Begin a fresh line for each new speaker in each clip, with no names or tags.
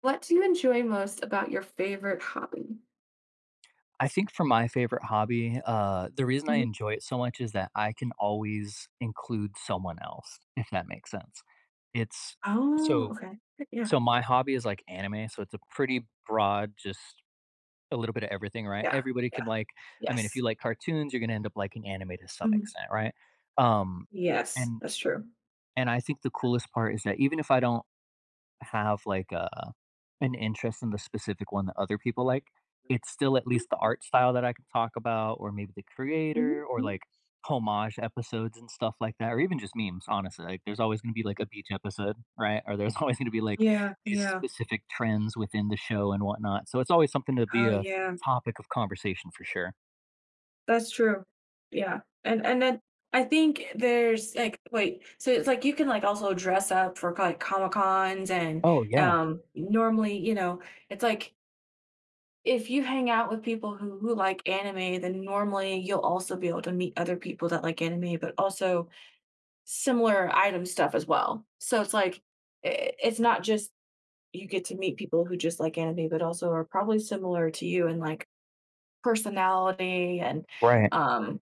What do you enjoy most about your favorite hobby?
I think for my favorite hobby, the reason I
Mhm.
enjoy it so much is that I can always include someone else, if that makes sense. It's
Oh,
so
okay. Yeah.
so my hobby is like anime, so it's a pretty broad, just a little bit of everything, right?
Yeah.
Everybody
Yeah.
can like, I mean, if
Yes.
you like cartoons, you're gonna end up liking anime to some
Mhm.
extent, right? Um,
Yes.
and
That's true.
and I think the coolest part is that even if I don't have like a an interest in the specific one that other people like, it's still at
Mm.
least the art style that I can talk about or maybe the
Mhm.
creator or
Mhm.
like homage episodes and stuff like that or even just memes, honestly. Like there's always going to be like a beach episode, right? Or there's always going to be like
Yeah.
these
Yeah.
specific trends within the show and whatnot. So it's always something to be
Oh,
a
yeah.
topic of conversation for sure.
That's true. Yeah. And then I think there's like wait, so it's like you can like also dress up for like Comic Cons and
Oh yeah,
normally, you know, it's like if you hang out with people who like anime, then normally you'll also be able to meet other people that like anime, but also similar item stuff as well. So it's like it's not just you get to meet people who just like anime, but also are probably similar to you in like personality and
right.
um,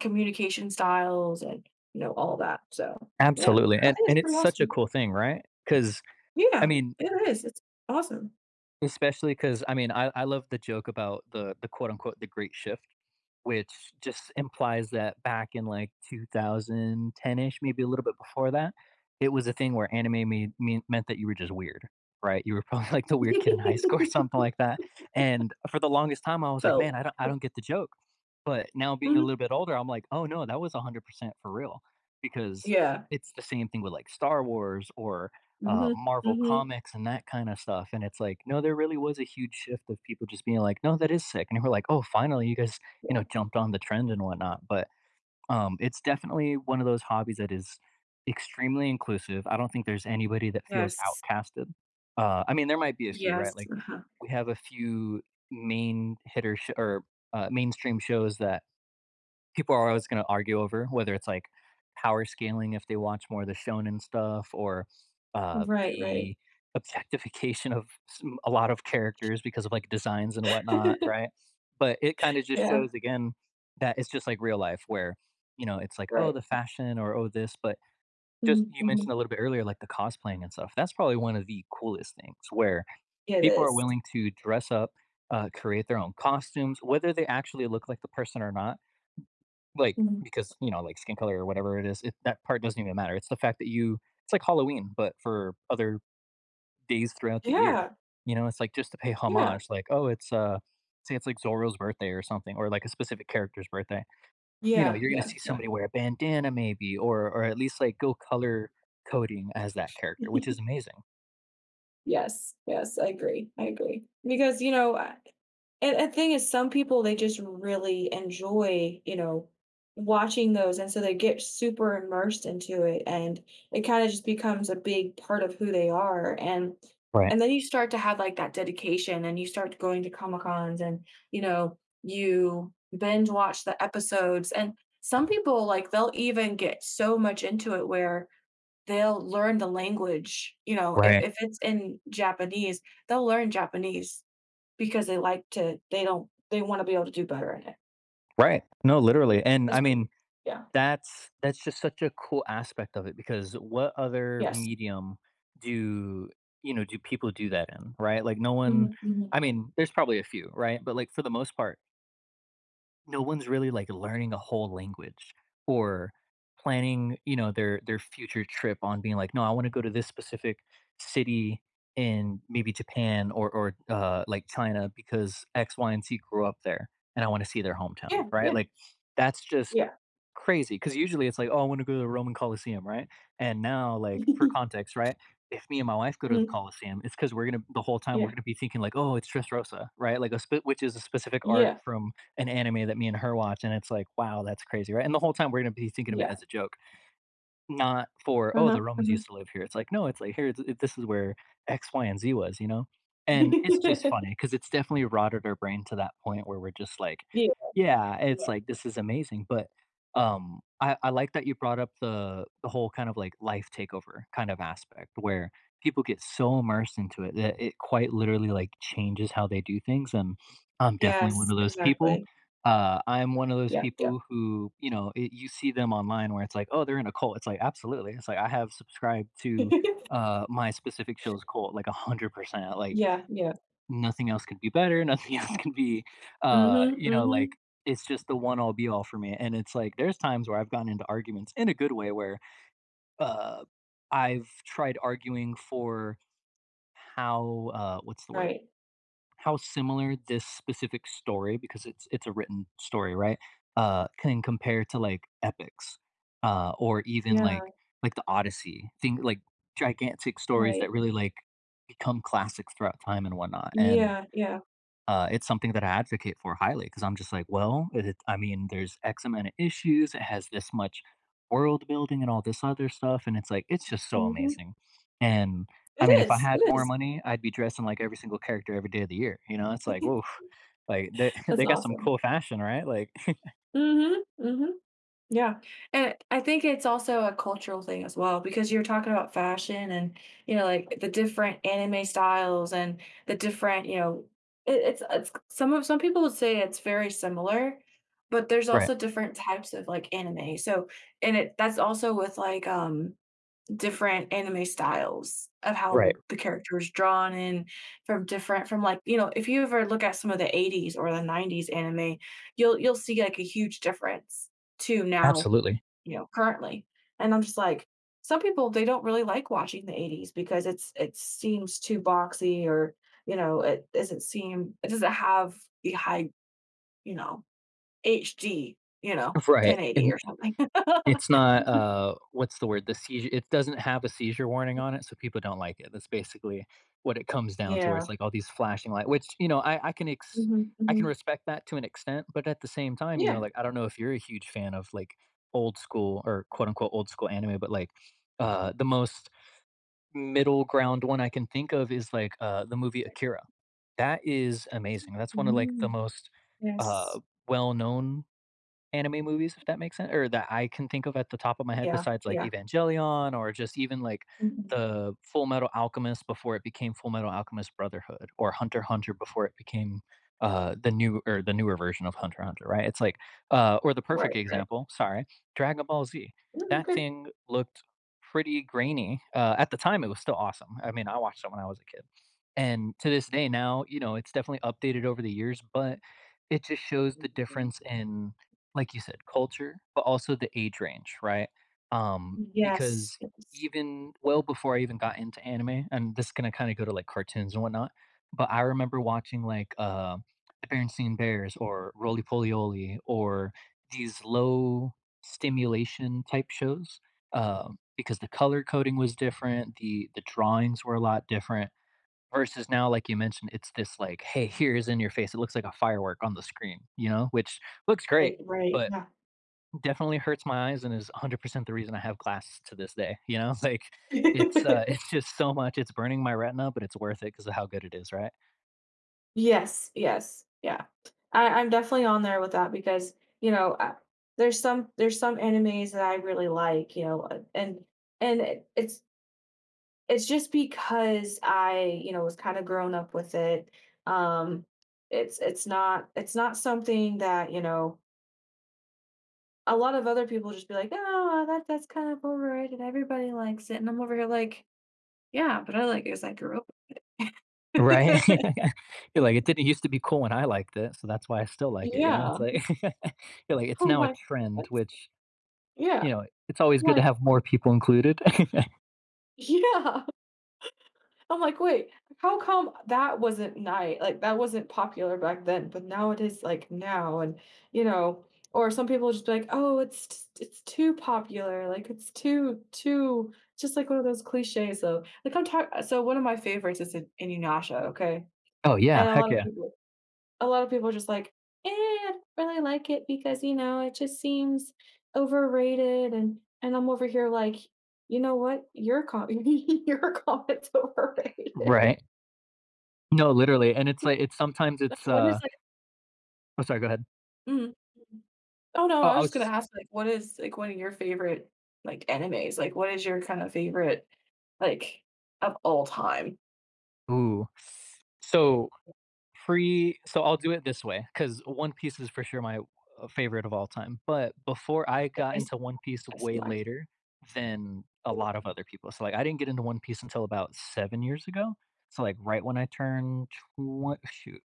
communication styles and you know all that. So yeah,
Absolutely.
I
And
think it's
and it's
pretty
such a
awesome.
cool thing, right? Cuz I
Yeah,
mean,
it is. It's awesome.
especially because, I mean, I love the joke about the quote unquote "the great shift," which just implies that back in, like, 2010-ish, maybe a little bit before that, it was a thing where anime made mean meant that you were just weird, right? You were probably, like, the weird kid in high school or something like that, and for the longest time, I was like,
Felt.
"Man, I don't get the joke," but now being a
Mhm.
little bit older, I'm like, "Oh, no, that was 100% for real," because
Yeah.
it's the same thing with, like, Star Wars or
Hmm.
Marvel
Hmm.
comics and that kind of stuff. And it's like, no, there really was a huge shift of people just being like, no, that is sick. And we're like, oh, finally, you guys,
Yeah.
you know, jumped on the trend and whatnot. But it's definitely one of those hobbies that is extremely inclusive. I don't think there's anybody that feels
Yes.
outcasted. I mean, there might be a few,
Yes.
right? Like
Uh-huh.
we have a few main hitter sh- or mainstream shows that people are always gonna argue over whether it's like power scaling if they watch more of the shonen stuff or
Right. Right.
the objectification of some, a lot of characters because of like designs and whatnot, right? But it kind of just
Yeah.
shows again that it's just like real life where, you know, it's like oh
Right.
the fashion or oh this, but
Hmm.
just you
Hmm.
mentioned a little bit earlier like the cosplaying and stuff. That's probably one of the coolest things where
It
people are
is.
willing to dress up, create their own costumes, whether they actually look like the person or not like,
Mhm.
because, you know, like, skin color or whatever it is, it that part doesn't even matter. It's the fact that you it's like Halloween, but for other days throughout the year.
Yeah,
You know, it's like just to pay
yeah,
homage, like, oh, it's, say it's like Zorro's birthday or something, or like a specific character's birthday. You know,
yeah,
you're gonna
yeah,
see
yeah.
somebody wear a bandana maybe, or at least like go color coding as that character, which is amazing.
Yes, yes, I agree, I agree. Because, you know, I and the thing is some people, they just really enjoy, you know, watching those, and so they get super immersed into it, and it kinda just becomes a big part of who they are,
Right,
and then you start to have, like, that dedication, and you start going to Comic-Cons, and, you know, you binge watch the episodes, and some people, like, they'll even get so much into it where they'll learn the language, you know, if
right,
if it's in Japanese, they'll learn Japanese because they like to they don't they wanna be able to do better in it.
right. No, literally, and
That's
I
true.
mean
Yeah.
that's just such a cool aspect of it because what other
Yes.
medium do, you know, do people do that in, right? Like, no one
Mhm, mhm.
I mean, there's probably a few, right? But, like, for the most part, no one's really like learning a whole language or planning, you know, their future trip on being like no I want to go to this specific city in maybe Japan or like China because X, Y, and Z grew up there and I want to see their
Yeah,
hometown, right?
yeah,
Like that's just
yeah.
crazy because usually it's like oh I want to go to the Roman Coliseum, right? And now like for context, right, if me and my wife go to the
Mhm.
Coliseum it's because we're gonna the whole time we're
Yeah.
gonna be thinking like oh it's Dressrosa right like which is a specific arc
Yeah,
from an anime that me and her watch, and it's like, wow, that's crazy, right? And the whole time we're gonna be thinking of it
yeah.
as a joke, not for oh,
Uh-huh,
the Romans
uh-huh.
used to live here. It's like no, it's like here, this is where X, Y, and Z was, you know. And it's just funny because it's definitely rotted our brain to that point where we're just like,
Yeah,
yeah,
yeah.
it's like this is amazing. But I like that you brought up the whole kind of like life takeover kind of aspect where people get so immersed into it that it quite literally like changes how they do things and I'm definitely one
Yes,
of those people.
exactly.
I'm one of those
Yeah, yeah.
people who, you know, it, you see them online where it's like, oh, they're in a cult. It's like, absolutely. It's like, I have subscribed to my specific show's cult like 100%. Like,
Yeah, yeah.
nothing else could be better. Nothing else can be,
Mhm,
you know,
mhm.
like, it's just the one all be all for me. And it's like, there's times where I've gotten into arguments in a good way where uh, I've tried arguing for how, what's the word?
Right.
How similar this specific story because it's a written story, right? Can compare to like epics, or even
Yeah,
like the Odyssey, thing like gigantic stories
right.
that really like become classics throughout time and whatnot. And
Yeah, yeah.
it's something that I advocate for highly because I'm just like, well, I mean, there's X amount of issues. It has this much world building and all this other stuff. And it's like, it's just so
Mhm.
amazing. And I mean,
It
if I
is,
had
it
more
is.
money, I'd be dressing like every single character every day of the year. You know, it's like, whoa, like they,
That's
they got some
awesome.
cool fashion, right? Like,
Mhm, mhm, yeah, and I think it's also a cultural thing as well because you're talking about fashion and, you know, like, the different anime styles and the different, you know it it's some of some people would say it's very similar, but there's
right,
also different types of, like, anime, so and it that's also with, like, different anime styles of how
right.
the character is drawn in from different from like, you know, if you ever look at some of the '80s or the '90s anime, you'll see like a huge difference to now,
Absolutely.
you know, currently. And I'm just like, some people they don't really like watching the '80s because it's it seems too boxy or, you know, it doesn't seem it doesn't have the high, you know, HD, you know,
Right.
1080
And
or something.
it's not, what's the word? The seizure it doesn't have a seizure warning on it, so people don't like it. That's basically what it comes down to, where
Yeah.
it's like all these flashing light which, you know,
Mhm,
I can
mhm.
respect that to an extent, but at the same time, you know,
Yeah.
like, I don't know if you're a huge fan of, like, old school or quote unquote "old school" anime, but, like, the most middle ground one I can think of is, like, the movie Akira. That is amazing. That's one of, like, the
Mm.
most, uh,
Yes.
well-known anime movies, if that makes sense, or that I can think of at the top of my head
Yeah,
besides, like,
yeah.
Evangelion or just even, like,
Mhm.
the Full Metal Alchemist before it became Full Metal Alchemist Brotherhood or Hunter x Hunter before it became, the newer version of Hunter x Hunter, right? It's like, or the perfect
Right, right.
example, sorry, Dragon Ball Z.
No, you're
That
good.
thing looked pretty grainy, at the time, it was still awesome. I mean, I watched it when I was a kid, and to this day now, you know, it's definitely updated over the years, but it just shows the difference in like you said, culture, but also the age range, right?
Yes,
Because
yes.
even well before I even got into anime, and this is gonna kind of go to like cartoons and whatnot, but I remember watching like the Berenstain Bears or Roly Poly Oly or these low stimulation type shows because the color coding was different, the drawings were a lot different. Versus now, like you mentioned, it's this like, hey, here's in your face. It looks like a firework on the screen, you know, which looks
Right,
great,
right,
but
yeah.
definitely hurts my eyes and is 100% the reason I have glasses to this day, you know? Like, it's, it's just so much it's burning my retina, but it's worth it because of how good it is, right?
Yes, yes, yeah. I'm definitely on there with that because, you know, there's some animes that I really like, you know, and it's it's just because I, you know, was kinda grown up with it. Um, it's it's not something that, you know a lot of other people just be like, "Oh, that that's kind of overrated, everybody likes it," and I'm over here like, "Yeah, but I like it 'cause I grew up."
Right? You're like, "It didn't used to be cool when I liked it, so that's why I still like it," you know?
Yeah.
It's like you're like, "It's
I'm
now a
like,
trend,"
"What?"
which,
Yeah.
you
I'm
know, it's always good to
like,
have more people included.
"Yeah." I'm like, "Wait, how come that wasn't night? Like, that wasn't popular back then, but now it is, like, now," and, you know, or some people just be like, "Oh, it's too popular, like, it's too" just like one of those cliches. So like, I'm talking. So one of my favorites is in Inuyasha, okay?
Oh, yeah.
And a
Heck
lot of
yeah.
people a lot of people are just like, "Eh, I don't really like it because, you know, it just seems overrated," and I'm over here like, "You know what? Your comment, your comment's overrated."
Right. No, literally, and it's like it's sometimes it's,
What is, like
oh, sorry, go ahead.
mm. Oh, no,
Oh,
I
I
was just
was
gonna
just
ask, like, what is, like, one of your favorite, like, animes? Like, what is your kind of favorite, like, of all time?
ooh. So so I'll do it this way because One Piece is for sure my, favorite of all time, but before I
I
got
I
into
see
One Piece
I see
way
why.
later than a lot of other people, so, like, I didn't get into One Piece until about 7 years ago, so, like, right when I turned twen shoot,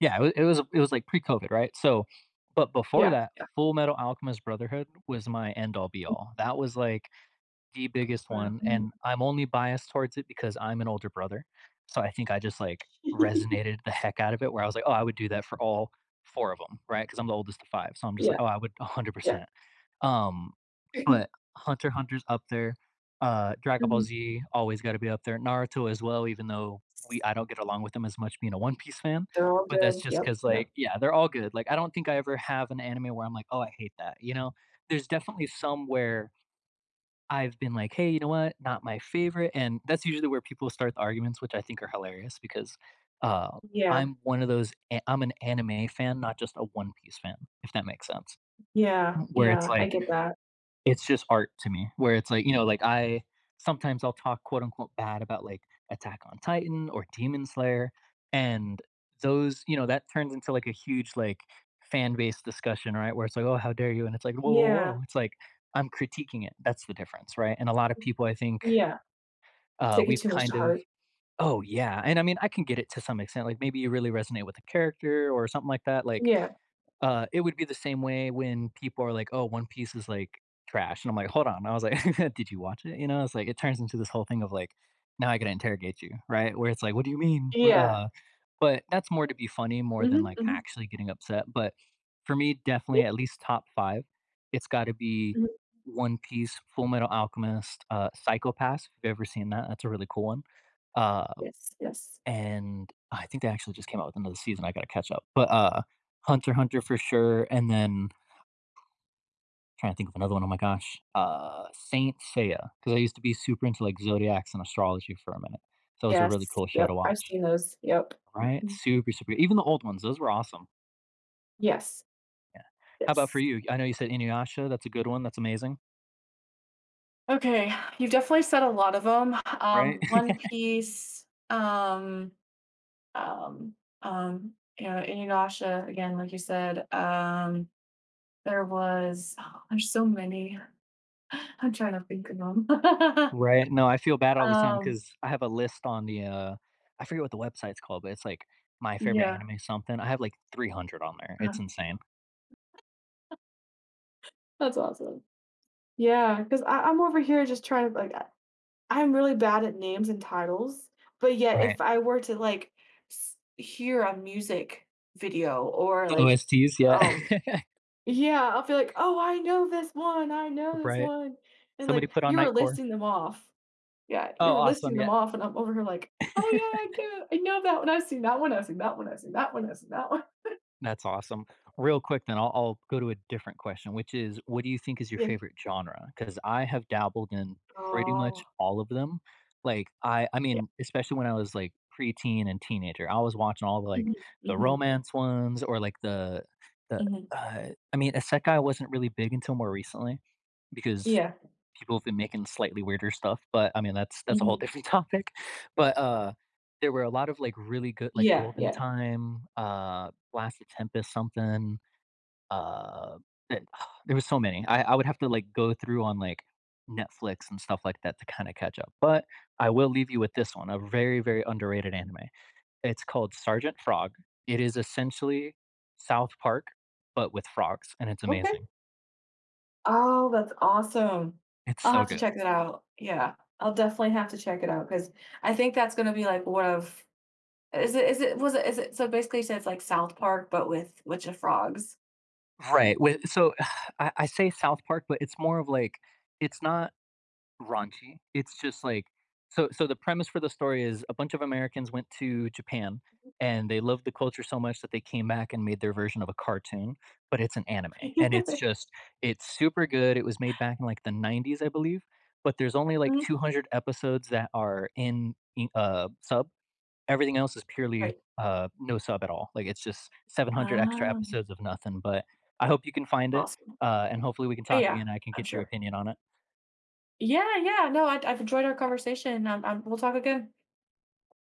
yeah, it was, like, pre-COVID, right? So but before
Yeah,
that,
yeah.
Full Metal Alchemist Brotherhood was my end all be all. That was, like the biggest
Wow.
one, and I'm only biased towards it because I'm an older brother. So I think I just, like, resonated the heck out of it where I was like, "Oh, I would do that for all 4 of them, right? Because right? 'Cause I'm the oldest of 5, so I'm just like,
Yeah,
"Oh, I would
yeah.
100%." Um, but Hunter x Hunter's up there, Dragon Ball
Mhm.
Z always gotta be up there, Naruto as well, even though we I don't get along with them as much being a One Piece fan,
They're all
but that's
good.
just
Yep,
because
yep.
like yeah, they're all good. Like, I don't think I ever have an anime where I'm like, "Oh, I hate that," you know? There's definitely some where I've been like, "Hey, you know what? Not my favorite," and that's usually where people start the arguments, which I think are hilarious because, uh,
Yeah.
I'm one of those a I'm an anime fan, not just a One Piece fan, if that makes sense,
Yeah,
where it's
yeah, I
like
get that.
it's just art to me, where it's like, you know, like I sometimes I'll talk quote unquote bad about like Attack on Titan or Demon Slayer. And those, you know, that turns into like a huge like fan based discussion, right? Where it's like, oh, how dare you? And it's like, whoa, whoa,
Yeah.
whoa. It's like I'm critiquing it. That's the difference, right? And a lot of people I think
Yeah, take it
we've
too much
kind
to
of
heart.
oh yeah. And I mean I can get it to some extent. Like maybe you really resonate with the character or something like that. Like
Yeah,
it would be the same way when people are like, "Oh, One Piece is like trash," and I'm like, "Hold on." I was like, "Did you watch it?" You know, it's like it turns into this whole thing of like, now I gotta interrogate you, right? Where it's like, "What do you mean?"
yeah.
But that's more to be funny more than
Mhm,
like
mhm.
actually getting upset. But for me,
Yep,
definitely at least top five, it's got to be
mhm.
One Piece, Full Metal Alchemist, Psychopaths. If you've ever seen that, that's a really cool one. Uh,
Yes, yes,
and I think they actually just came out with another season, I gotta catch up. But Hunter x Hunter for sure, and then trying to think of another one. Oh my gosh, Saint Seiya, because I used to be super into, like, zodiacs and astrology for a minute, so it was a
yes,
really cool show
yep,
to
I've
watch,
seen those, yep.
right? Super, super even the old ones, those were awesome,
Yes,
yeah. How about for
yes.
you? I know you said Inuyasha, that's a good one, that's amazing,
Okay, you've definitely said a lot of 'em.
right?
One Piece, um, you know, Inuyasha, again, like you said, there was oh, there's so many. I'm trying to think of 'em.
Right, no, I feel bad all the time
Um,
because I have a list on the, I forget what the website's called, but it's, like, my favorite
yeah.
anime something, I have, like, 300 on there,
uh,
it's insane.
That's awesome. Yeah, because I'm over here just trying to, like, I'm really bad at names and titles, but yet
Right.
if I were to, like, s hear a music video or,
The
like,
OSTs, yeah.
um yeah, I'll be like, "Oh, I know this one, I know this
Right.
one," and,
Somebody
like,
put on
you were
Nightcore.
listing them off. Yeah, you
Oh,
were listing
awesome.
them
Yeah.
off, and I'm over here like, "Oh, yeah, I get it. I know that one. I've seen that one. I've seen that one. I've seen that one. I've seen that one."
That's awesome. Real quick then, I'll go to a different question, which is what do you think is your
Yeah.
favorite genre? Because I have dabbled in pretty much
Oh,
all of them. Like, I
yeah.
mean, especially when I was, like, preteen and teenager, I was watching all the, like,
Mhm,
the
mhm,
romance ones or, like, the,
mhm.
I mean, isekai wasn't really big until more recently because
Yeah.
people have been making slightly weirder stuff, but I mean, that's a whole
Mhm.
different topic. But there were a lot of like really good, like
Yeah,
Golden
yeah.
Time, Blasted Tempest, something. Uh, that- there was so many. I would have to like go through on like Netflix and stuff like that to kind of catch up. But I will leave you with this one, a very very underrated anime. It's called Sergeant Frog. It is essentially South Park, but with frogs, and it's
Okay.
amazing.
Oh, that's awesome.
It's
I'll
so
have to
good.
check that out. Yeah, I'll definitely have to check it out because I think that's gonna be like one of is it was it is it so basically you said it's like South Park but with of frogs.
Right, with so I say South Park, but it's more of like it's not raunchy, it's just like so the premise for the story is a bunch of Americans went to Japan, and they loved the culture so much that they came back and made their version of a cartoon, but it's an anime, and it's just it's super good, it was made back in, like, the '90s, I believe, but there's only, like,
Mhm.
200 episodes that are in sub. Everything else is purely,
Right.
no sub at all. Like, it's just 700 extra
Um,
episodes of nothing, but I hope you can find it,
awesome.
and hopefully we can talk
Yeah,
again, I can
I'm
get your
sure.
opinion on it.
Yeah, yeah. No, I've enjoyed our conversation. We'll talk again.